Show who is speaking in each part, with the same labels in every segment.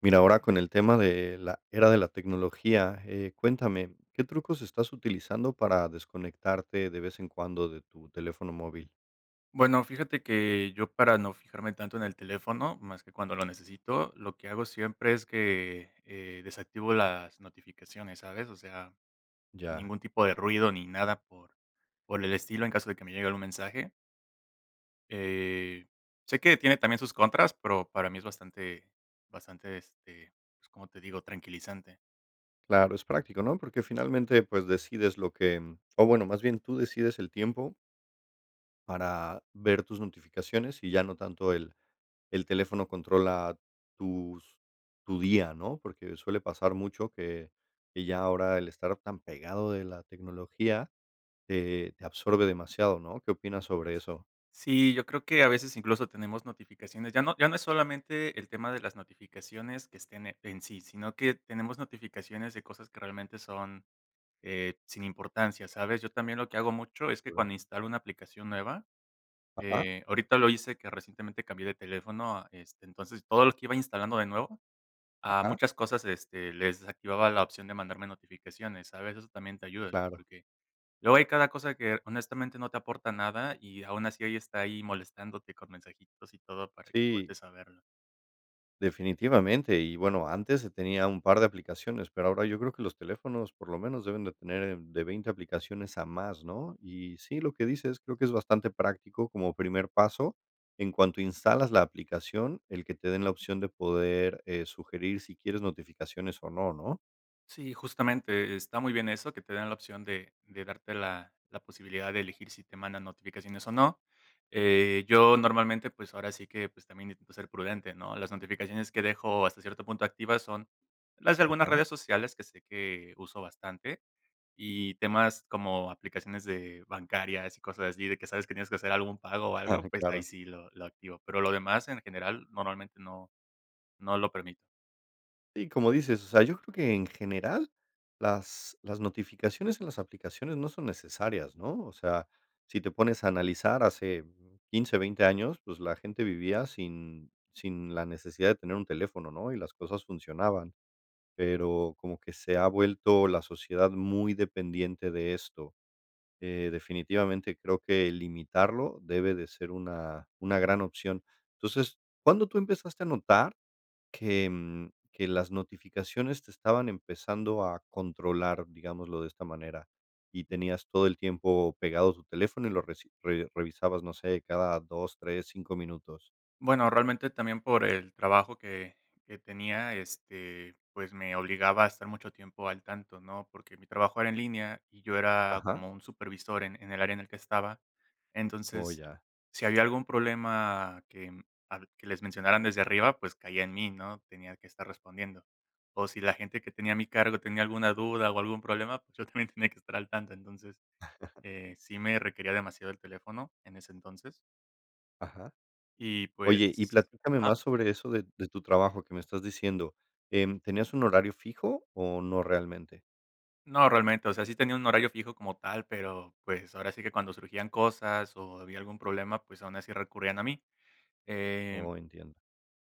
Speaker 1: Mira, ahora con el tema de la era de la tecnología, cuéntame, ¿qué trucos estás utilizando para desconectarte de vez en cuando de tu teléfono móvil?
Speaker 2: Bueno, fíjate que yo, para no fijarme tanto en el teléfono más que cuando lo necesito, lo que hago siempre es que, desactivo las notificaciones, ¿sabes? O sea,
Speaker 1: Ya,
Speaker 2: ningún tipo de ruido ni nada por el estilo en caso de que me llegue algún mensaje. Eh, Sé que tiene también sus contras, pero para mí es bastante, pues, ¿cómo te digo? Tranquilizante.
Speaker 1: claro, es práctico, ¿no? Porque finalmente, pues decides lo que, o bueno, más bien tú decides el tiempo para ver tus notificaciones y ya no tanto el teléfono controla tus, tu día, ¿no? Porque suele pasar mucho que ya ahora el estar tan pegado de la tecnología te absorbe demasiado, ¿no? ¿Qué opinas sobre eso?
Speaker 2: Sí, yo creo que a veces incluso tenemos notificaciones. Ya no ya no es solamente el tema de las notificaciones que estén en sí, sino que tenemos notificaciones de cosas que realmente son, sin importancia, ¿sabes? Yo también lo que hago mucho es que
Speaker 1: Bro.
Speaker 2: cuando instalo una aplicación nueva,
Speaker 1: Ajá,
Speaker 2: ahorita lo hice, que recientemente cambié de teléfono a, entonces todo lo que iba instalando de nuevo, a
Speaker 1: ajá.
Speaker 2: muchas cosas, les desactivaba la opción de mandarme notificaciones, ¿sabes? Eso también te ayuda,
Speaker 1: Claro,
Speaker 2: porque luego hay cada cosa que honestamente no te aporta nada, y aún así ahí está, ahí molestándote con mensajitos y todo para que
Speaker 1: sí,
Speaker 2: voltees a verlo.
Speaker 1: definitivamente. Y bueno, antes se tenía un par de aplicaciones, pero ahora yo creo que los teléfonos por lo menos deben de tener, de 20 aplicaciones a más, ¿no? Y sí, lo que dices, creo que es bastante práctico como primer paso. En cuanto instalas la aplicación, el que te den la opción de poder, sugerir si quieres notificaciones o no, ¿no?
Speaker 2: Sí, justamente está muy bien eso, que te den la opción de darte la posibilidad de elegir si te mandan notificaciones o no. Yo normalmente, pues, ahora sí que, pues, también intento ser prudente, ¿no? Las notificaciones que dejo hasta cierto punto activas son las de algunas
Speaker 1: Ajá.
Speaker 2: redes sociales que sé que uso bastante. Y temas como aplicaciones de bancarias y cosas así, de que sabes que tienes que hacer algún pago o algo, pues ahí
Speaker 1: Claro.
Speaker 2: sí lo activo, pero lo demás en general normalmente no lo permito.
Speaker 1: Sí, como dices, o sea, yo creo que en general las notificaciones en las aplicaciones no son necesarias, ¿no? O sea, si te pones a analizar hace 15, 20 años, pues la gente vivía sin la necesidad de tener un teléfono, ¿no? Y las cosas funcionaban, pero como que se ha vuelto la sociedad muy dependiente de esto. Definitivamente creo que limitarlo debe de ser una gran opción. Entonces, ¿cuándo tú empezaste a notar? Que que las notificaciones te estaban empezando a controlar, digámoslo de esta manera, y tenías todo el tiempo pegado tu teléfono y lo revisabas, no sé, cada 2 3 5 minutos.
Speaker 2: Bueno, realmente también por el trabajo que tenía, pues, me obligaba a estar mucho tiempo al tanto, ¿no? Porque mi trabajo era en línea, y yo era
Speaker 1: Ajá,
Speaker 2: como un supervisor en el área en el que estaba.
Speaker 1: oh,
Speaker 2: Entonces,
Speaker 1: ya.
Speaker 2: si había algún problema al que les mencionaran desde arriba, pues, caía en mí, ¿no? Tenía que estar respondiendo. O si la gente que tenía a mi cargo tenía alguna duda o algún problema, pues, yo también tenía que estar al tanto. Entonces, sí me requería demasiado el teléfono en ese entonces
Speaker 1: Ajá.
Speaker 2: y,
Speaker 1: Oye, y
Speaker 2: pues,
Speaker 1: platícame
Speaker 2: ajá.
Speaker 1: más sobre eso de tu trabajo que me estás diciendo. ¿Tenías un horario fijo o no realmente?
Speaker 2: No, realmente, o sea, sí tenía un horario fijo como tal, pero, pues, ahora sí que cuando surgían cosas o había algún problema, pues, aún así recurrían a mí. Eh,
Speaker 1: Oh, entiendo.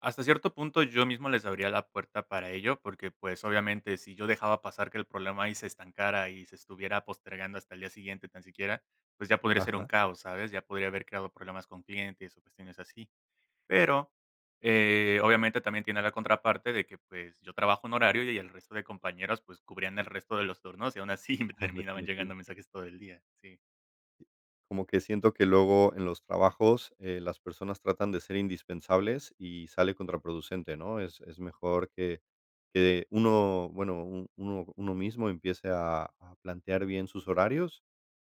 Speaker 2: Hasta cierto punto yo mismo les abría la puerta para ello, porque, pues, obviamente, si yo dejaba pasar que el problema ahí se estancara y se estuviera postergando hasta el día siguiente tan siquiera, pues, ya podría ser un
Speaker 1: Ajá,
Speaker 2: caos, ¿sabes? Ya podría haber creado problemas con clientes o cuestiones así. Pero, obviamente también tiene la contraparte de que, pues, yo trabajo un horario y el resto de compañeros, pues, cubrían el resto de los turnos, y aún así me terminaban
Speaker 1: definitivo.
Speaker 2: llegando mensajes todo el día, sí.
Speaker 1: Como que siento que luego en los trabajos, las personas tratan de ser indispensables y sale contraproducente, ¿no? Es mejor que uno, bueno, un uno mismo empiece a plantear bien sus horarios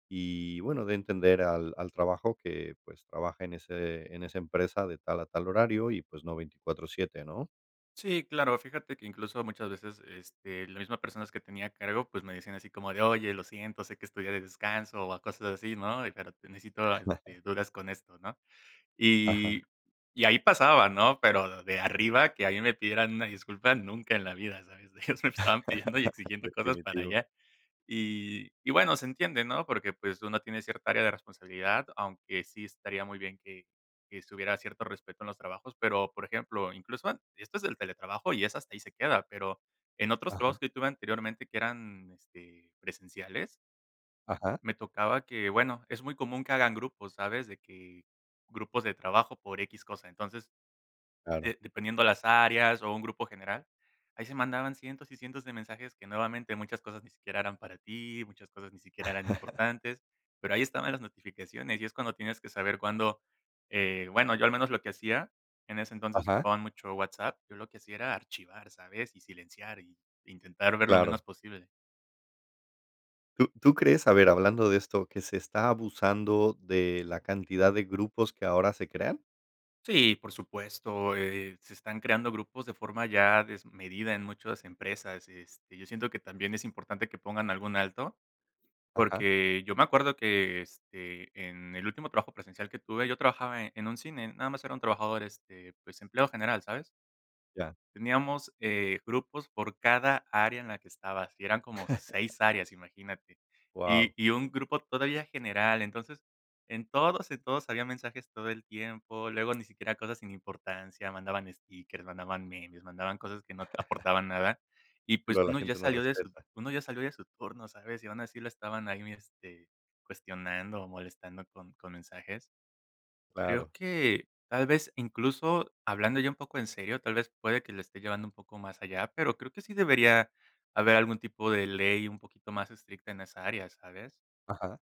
Speaker 1: y, bueno, de entender al trabajo que, pues, trabaja en ese en esa empresa de tal a tal horario y, pues, no 24/7, ¿no?
Speaker 2: Sí, claro, fíjate que incluso muchas veces, las mismas personas que tenía a cargo, pues, me decían así como de: "Oye, lo siento, sé que es tu día de descanso", o a cosas así, ¿no? Y pero te necesito, dudas con esto, ¿no?
Speaker 1: Ajá.
Speaker 2: Y y ahí pasaba, ¿no? Pero de arriba, que a mí me pidieran una disculpa, nunca en la vida, ¿sabes? Ellos me estaban pidiendo y exigiendo cosas para
Speaker 1: Definitivo.
Speaker 2: allá. Y bueno, se entiende, ¿no? Porque, pues, uno tiene cierta área de responsabilidad, aunque sí estaría muy bien que se hubiera cierto respeto en los trabajos, pero, por ejemplo, esto es del teletrabajo y es hasta ahí se queda, pero en otros
Speaker 1: Ajá,
Speaker 2: trabajos que tuve anteriormente, que eran, presenciales,
Speaker 1: ajá,
Speaker 2: me tocaba que, bueno, es muy común que hagan grupos, ¿sabes? De que grupos de trabajo por X cosa. Entonces,
Speaker 1: claro,
Speaker 2: de dependiendo las áreas o un grupo general, ahí se mandaban cientos y cientos de mensajes que, nuevamente, muchas cosas ni siquiera eran para ti, muchas cosas ni siquiera eran importantes, pero ahí estaban las notificaciones, y es cuando tienes que saber cuándo, bueno, yo al menos lo que hacía, en ese entonces
Speaker 1: ajá.
Speaker 2: usaban mucho WhatsApp, yo lo que hacía era archivar, ¿sabes? Y silenciar y intentar ver lo menos
Speaker 1: Claro.
Speaker 2: posible.
Speaker 1: ¿Tú crees, a ver, hablando de esto, que se está abusando de la cantidad de grupos que ahora se crean?
Speaker 2: Sí, por supuesto, se están creando grupos de forma ya desmedida en muchas empresas. Yo siento que también es importante que pongan algún alto.
Speaker 1: Ajá.
Speaker 2: Porque yo me acuerdo que, en el último trabajo presencial que tuve, yo trabajaba en un cine, nada más era un trabajador, pues, empleado general, ¿sabes?
Speaker 1: Ya.
Speaker 2: Teníamos, grupos por cada área en la que estabas, y eran como 6 áreas, imagínate. Y
Speaker 1: Wow.
Speaker 2: y un grupo todavía general. Entonces, en todos había mensajes todo el tiempo, luego ni siquiera, cosas sin importancia, mandaban stickers, mandaban memes, mandaban cosas que no aportaban nada, y pues
Speaker 1: Luego la gente no respeta,
Speaker 2: uno ya salió de su turno, ¿sabes? Y aún así lo estaban ahí, cuestionando o molestando con mensajes. Creo
Speaker 1: claro.
Speaker 2: que tal vez, incluso hablando ya un poco en serio, tal vez puede que le esté llevando un poco más allá, pero creo que sí debería haber algún tipo de ley un poquito más estricta en esa área, ¿sabes?
Speaker 1: Ajá.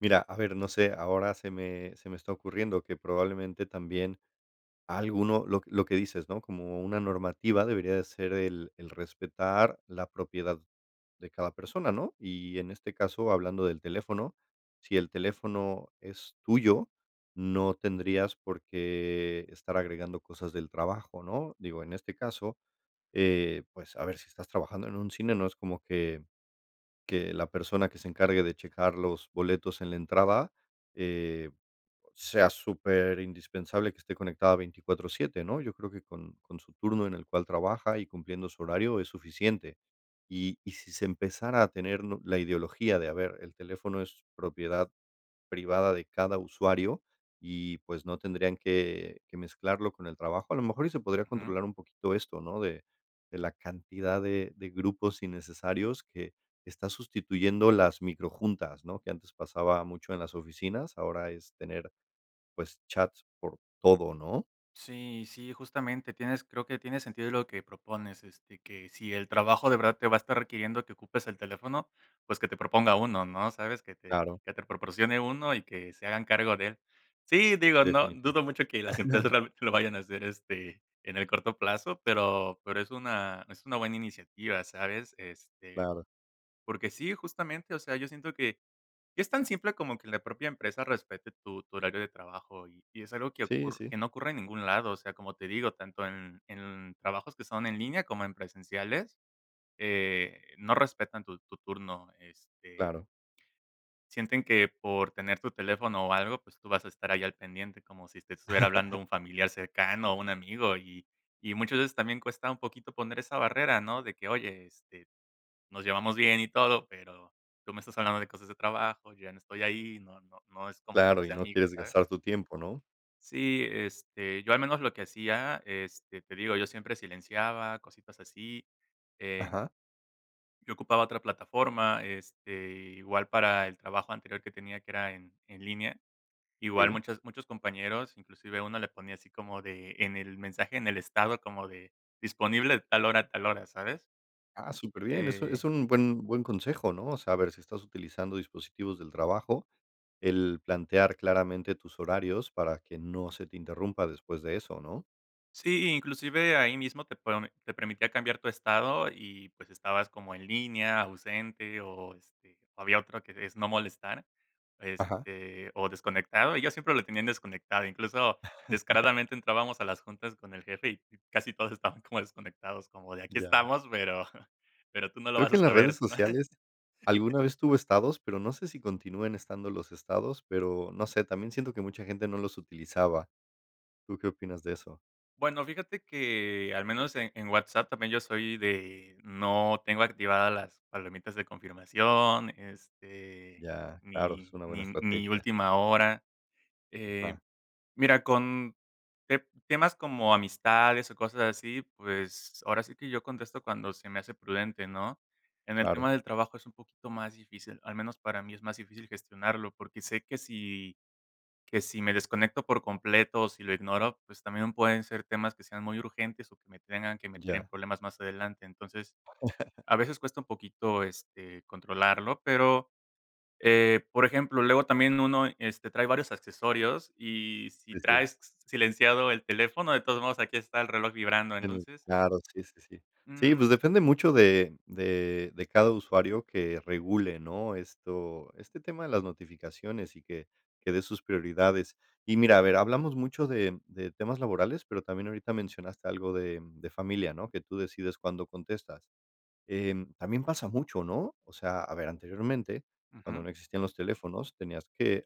Speaker 1: Mira, a ver, no sé, ahora se me está ocurriendo que probablemente también alguno lo que dices, ¿no? Como una normativa debería de ser el respetar la propiedad de cada persona, ¿no? Y en este caso, hablando del teléfono, si el teléfono es tuyo, no tendrías por qué estar agregando cosas del trabajo, ¿no? Digo, en este caso, pues, a ver, si estás trabajando en un cine, no es como que la persona que se encargue de checar los boletos en la entrada, eh, sea súper indispensable que esté conectada 24/7, ¿no? Yo creo que con su turno en el cual trabaja y cumpliendo su horario es suficiente. Y si se empezara a tener no la ideología de, a ver, el teléfono es propiedad privada de cada usuario y, pues, no tendrían que mezclarlo con el trabajo, a lo mejor y se podría
Speaker 2: Ujú.
Speaker 1: controlar un poquito esto, ¿no? De la cantidad de grupos innecesarios que está sustituyendo las microjuntas, ¿no? Que antes pasaba mucho en las oficinas, ahora es tener pues, chats por todo, ¿no?
Speaker 2: Sí, sí, justamente tienes, creo que tiene sentido lo que propones, que si el trabajo de verdad te va a estar requiriendo que ocupes el teléfono, pues, que te proponga uno, ¿no? ¿Sabes?
Speaker 1: Claro,
Speaker 2: Que te proporcione uno y que se hagan cargo de él. Sí, digo, no
Speaker 1: definitivo.
Speaker 2: dudo mucho que las empresas realmente lo vayan a hacer, en el corto plazo, pero es una buena iniciativa, ¿sabes?
Speaker 1: Claro.
Speaker 2: Porque sí, justamente, o sea, yo siento que, y es tan simple como que la propia empresa respete tu horario de trabajo, y es algo que
Speaker 1: Sí,
Speaker 2: ocur
Speaker 1: sí,
Speaker 2: que no ocurre en ningún lado, o sea, como te digo, tanto en trabajos que son en línea como en presenciales, no respetan tu turno,
Speaker 1: claro.
Speaker 2: sienten que por tener tu teléfono o algo, pues tú vas a estar ahí al pendiente, como si te estuviera hablando un familiar cercano o un amigo, y muchas veces también cuesta un poquito poner esa barrera, ¿no? De que, oye, nos llevamos bien y todo, pero tú me estás hablando de cosas de trabajo, yo ya no estoy ahí, no es como
Speaker 1: Claro,
Speaker 2: cosas
Speaker 1: y
Speaker 2: de
Speaker 1: no
Speaker 2: amigos,
Speaker 1: quieres
Speaker 2: ¿sabes?
Speaker 1: gastar tu tiempo, ¿no?
Speaker 2: Sí, yo al menos lo que hacía, te digo, yo siempre silenciaba, cositas así, em,
Speaker 1: Ajá.
Speaker 2: yo ocupaba otra plataforma, igual para el trabajo anterior que tenía, que era en línea, igual
Speaker 1: Sí.
Speaker 2: muchos compañeros, inclusive uno le ponía así como de, en el mensaje, en el estado, como de disponible de tal hora a tal hora, ¿sabes?
Speaker 1: Ah, superbién, es un
Speaker 2: Eh
Speaker 1: buen buen consejo, ¿no? O sea, a ver, si estás utilizando dispositivos del trabajo, el plantear claramente tus horarios para que no se te interrumpa después de eso, ¿no?
Speaker 2: Sí, inclusive ahí mismo te pone, te permitía cambiar tu estado y, pues, estabas como en línea, ausente o, o había otro que es no molestar,
Speaker 1: Ajá,
Speaker 2: o desconectado, y yo siempre lo tenía en desconectado, incluso descaradamente entrábamos a las juntas con el jefe y casi todos estaban como desconectados, como de: "Aquí
Speaker 1: ya.
Speaker 2: estamos, pero pero tú no lo
Speaker 1: Creo
Speaker 2: vas
Speaker 1: que
Speaker 2: a
Speaker 1: en las
Speaker 2: saber",
Speaker 1: redes
Speaker 2: si no?
Speaker 1: sociales alguna vez tuvo estados, pero no sé si continúen estando los estados, pero no sé, también siento que mucha gente no los utilizaba. ¿Tú qué opinas de eso?
Speaker 2: Bueno, fíjate que al menos en WhatsApp, también yo soy de, no tengo activadas las palomitas de confirmación,
Speaker 1: Ya, claro, es
Speaker 2: ni,
Speaker 1: una buena
Speaker 2: ni, ni
Speaker 1: estrategia.
Speaker 2: última hora. Eh,
Speaker 1: Ajá,
Speaker 2: Mira, con temas como amistades o cosas así, pues ahora sí que yo contesto cuando se me hace prudente, ¿no? En el
Speaker 1: claro,
Speaker 2: tema del trabajo es un poquito más difícil, al menos para mí es más difícil gestionarlo, porque sé que que si me desconecto por completo o si lo ignoro, pues también pueden ser temas que sean muy urgentes o que me tengan que meter en
Speaker 1: ya,
Speaker 2: problemas más adelante. Entonces, a veces cuesta un poquito, controlarlo, pero, por ejemplo, luego también uno, trae varios accesorios y, si
Speaker 1: sí, sí,
Speaker 2: traes silenciado el teléfono, de todos modos aquí está el reloj vibrando.
Speaker 1: en el
Speaker 2: Entonces,
Speaker 1: claro, sí, sí, sí. Sí,
Speaker 2: mm,
Speaker 1: pues depende mucho de cada usuario que regule, ¿no? Esto este tema de las notificaciones y que dé sus prioridades. Y mira, a ver, hablamos mucho de temas laborales, pero también ahorita mencionaste algo de familia, ¿no? Que tú decides cuándo contestas. También pasa mucho, ¿no? O sea, a ver, anteriormente,
Speaker 2: ujú,
Speaker 1: cuando no existían los teléfonos, tenías que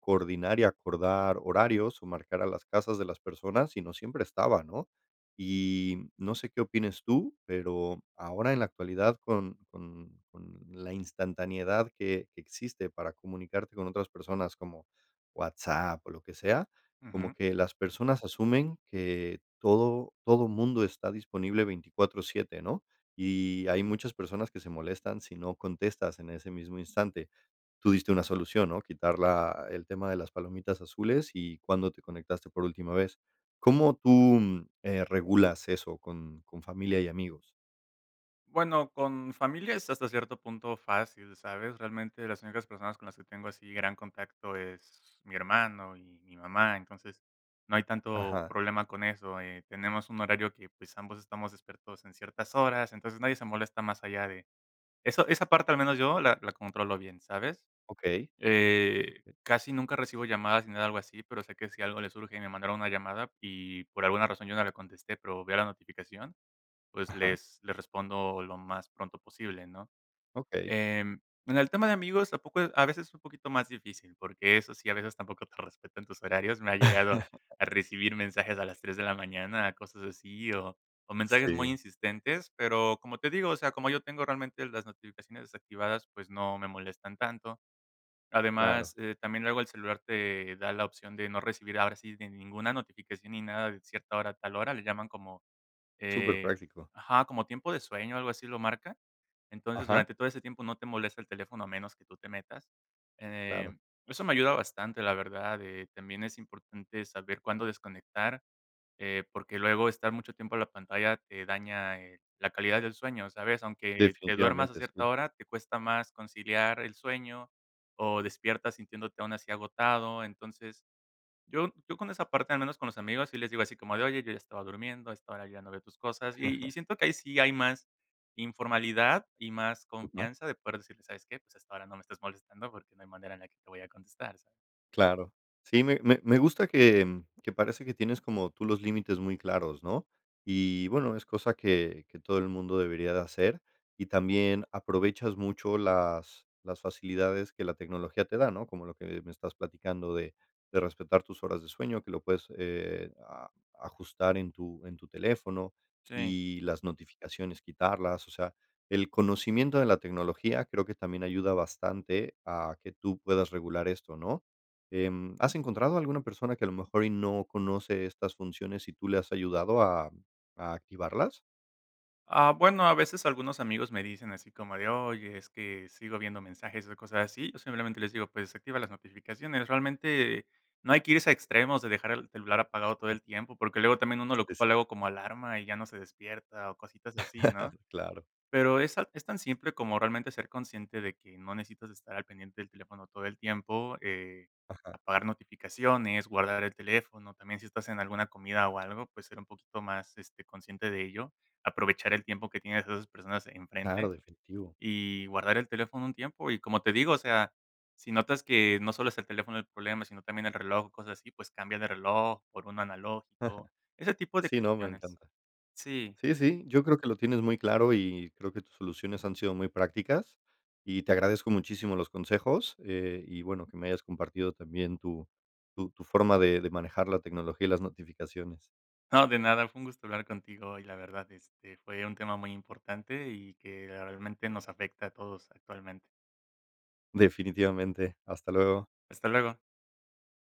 Speaker 1: coordinar y acordar horarios o marcar a las casas de las personas y no siempre estaba, ¿no? Y no sé qué opines tú, pero ahora en la actualidad con la instantaneidad que existe para comunicarte con otras personas como WhatsApp o lo que sea, como
Speaker 2: ujú.
Speaker 1: que las personas asumen que todo mundo está disponible 24/7, ¿no? Y hay muchas personas que se molestan si no contestas en ese mismo instante. Tú diste una solución, ¿no? Quitar la el tema de las palomitas azules y cuándo te conectaste por última vez. ¿Cómo tú, regulas eso con familia y amigos?
Speaker 2: Bueno, con familia es hasta cierto punto fácil, ¿sabes? Realmente las únicas personas con las que tengo así gran contacto es mi hermano y mi mamá, entonces no hay tanto
Speaker 1: Ajá,
Speaker 2: problema con eso. Tenemos un horario que, pues, ambos estamos despiertos en ciertas horas, entonces nadie se molesta más allá de eso. Esa parte al menos yo la controlo bien, ¿sabes?
Speaker 1: okey, okey,
Speaker 2: Casi nunca recibo llamadas ni nada algo así, pero sé que si algo le surge y me mandaron una llamada y por alguna razón yo no le contesté, pero veo la notificación, pues,
Speaker 1: ajá,
Speaker 2: les respondo lo más pronto posible, ¿no?
Speaker 1: okey.
Speaker 2: Em, en el tema de amigos, a poco a veces es un poquito más difícil, porque eso sí, a veces tampoco te respetan tus horarios. Me ha llegado a recibir mensajes a las 3 de la mañana, cosas así, o mensajes muy
Speaker 1: Sí,
Speaker 2: insistentes, pero como te digo, o sea, como yo tengo realmente las notificaciones desactivadas, pues, no me molestan tanto. Además,
Speaker 1: claro,
Speaker 2: también luego el celular te da la opción de no recibir, ahora sí, de ninguna notificación ni nada de cierta hora a tal hora. Le llaman como,
Speaker 1: súper
Speaker 2: eh,
Speaker 1: práctico.
Speaker 2: ajá, como tiempo de sueño, algo así lo marca. Entonces,
Speaker 1: Ajá,
Speaker 2: durante todo ese tiempo no te molesta el teléfono a menos que tú te metas. Eh,
Speaker 1: claro,
Speaker 2: Eso me ayuda bastante, la verdad. También es importante saber cuándo desconectar, porque luego estar mucho tiempo en la pantalla te daña, la calidad del sueño, ¿sabes? Aunque te duermas a
Speaker 1: definitivamente,
Speaker 2: cierta
Speaker 1: sí,
Speaker 2: hora, te cuesta más conciliar el sueño o despiertas sintiéndote aún así agotado. Entonces, yo con esa parte, al menos con los amigos, sí les digo así como de: "Oye, yo ya estaba durmiendo, a esta hora ya no veo tus cosas", y siento que ahí sí hay más informalidad y más
Speaker 1: ujú.
Speaker 2: confianza de poder decirle: "¿Sabes qué? Pues, a esta hora no me estás molestando porque no hay manera en la que te voy a contestar", ¿sabes?
Speaker 1: Claro. Sí, me gusta que parece que tienes como tú los límites muy claros, ¿no? Y bueno, es cosa que todo el mundo debería de hacer, y también aprovechas mucho las facilidades que la tecnología te da, ¿no? Como lo que me estás platicando de respetar tus horas de sueño, que lo puedes, a ajustar en tu teléfono,
Speaker 2: Sí.
Speaker 1: y las notificaciones quitarlas, o sea, el conocimiento de la tecnología creo que también ayuda bastante a que tú puedas regular esto, ¿no? ¿Has encontrado alguna persona que a lo mejor y no conoce estas funciones y tú le has ayudado a activarlas?
Speaker 2: Ah, bueno, a veces algunos amigos me dicen así como de: "Oye, es que sigo viendo mensajes", o cosas así. Yo simplemente les digo: "Pues, desactiva las notificaciones". Realmente no hay que irse a extremos de dejar el celular apagado todo el tiempo, porque luego también uno lo
Speaker 1: Sí,
Speaker 2: ocupa
Speaker 1: sí,
Speaker 2: luego como alarma y ya no se despierta, o cositas así, ¿no?
Speaker 1: claro, claro.
Speaker 2: Pero es al es tan simple como realmente ser consciente de que no necesitas estar al pendiente del teléfono todo el tiempo,
Speaker 1: Ajá.
Speaker 2: apagar notificaciones, guardar el teléfono, también si estás en alguna comida o algo, pues ser un poquito más, consciente de ello, aprovechar el tiempo que tienes a esas personas
Speaker 1: Claro,
Speaker 2: enfrente
Speaker 1: definitivo.
Speaker 2: y guardar el teléfono un tiempo. Y como te digo, o sea, si notas que no solo es el teléfono el problema, sino también el reloj, cosas así, pues cambia de reloj por uno analógico, ese tipo de
Speaker 1: Sí, no, me
Speaker 2: cuestiones.
Speaker 1: encanta.
Speaker 2: Sí.
Speaker 1: Sí, sí, yo creo que lo tienes muy claro y creo que tus soluciones han sido muy prácticas y te agradezco muchísimo los consejos, y bueno, que me hayas compartido también tu tu forma de manejar la tecnología y las notificaciones.
Speaker 2: No, de nada, fue un gusto hablar contigo y la verdad, fue un tema muy importante y que realmente nos afecta a todos actualmente.
Speaker 1: Definitivamente. Hasta luego.
Speaker 2: Hasta luego.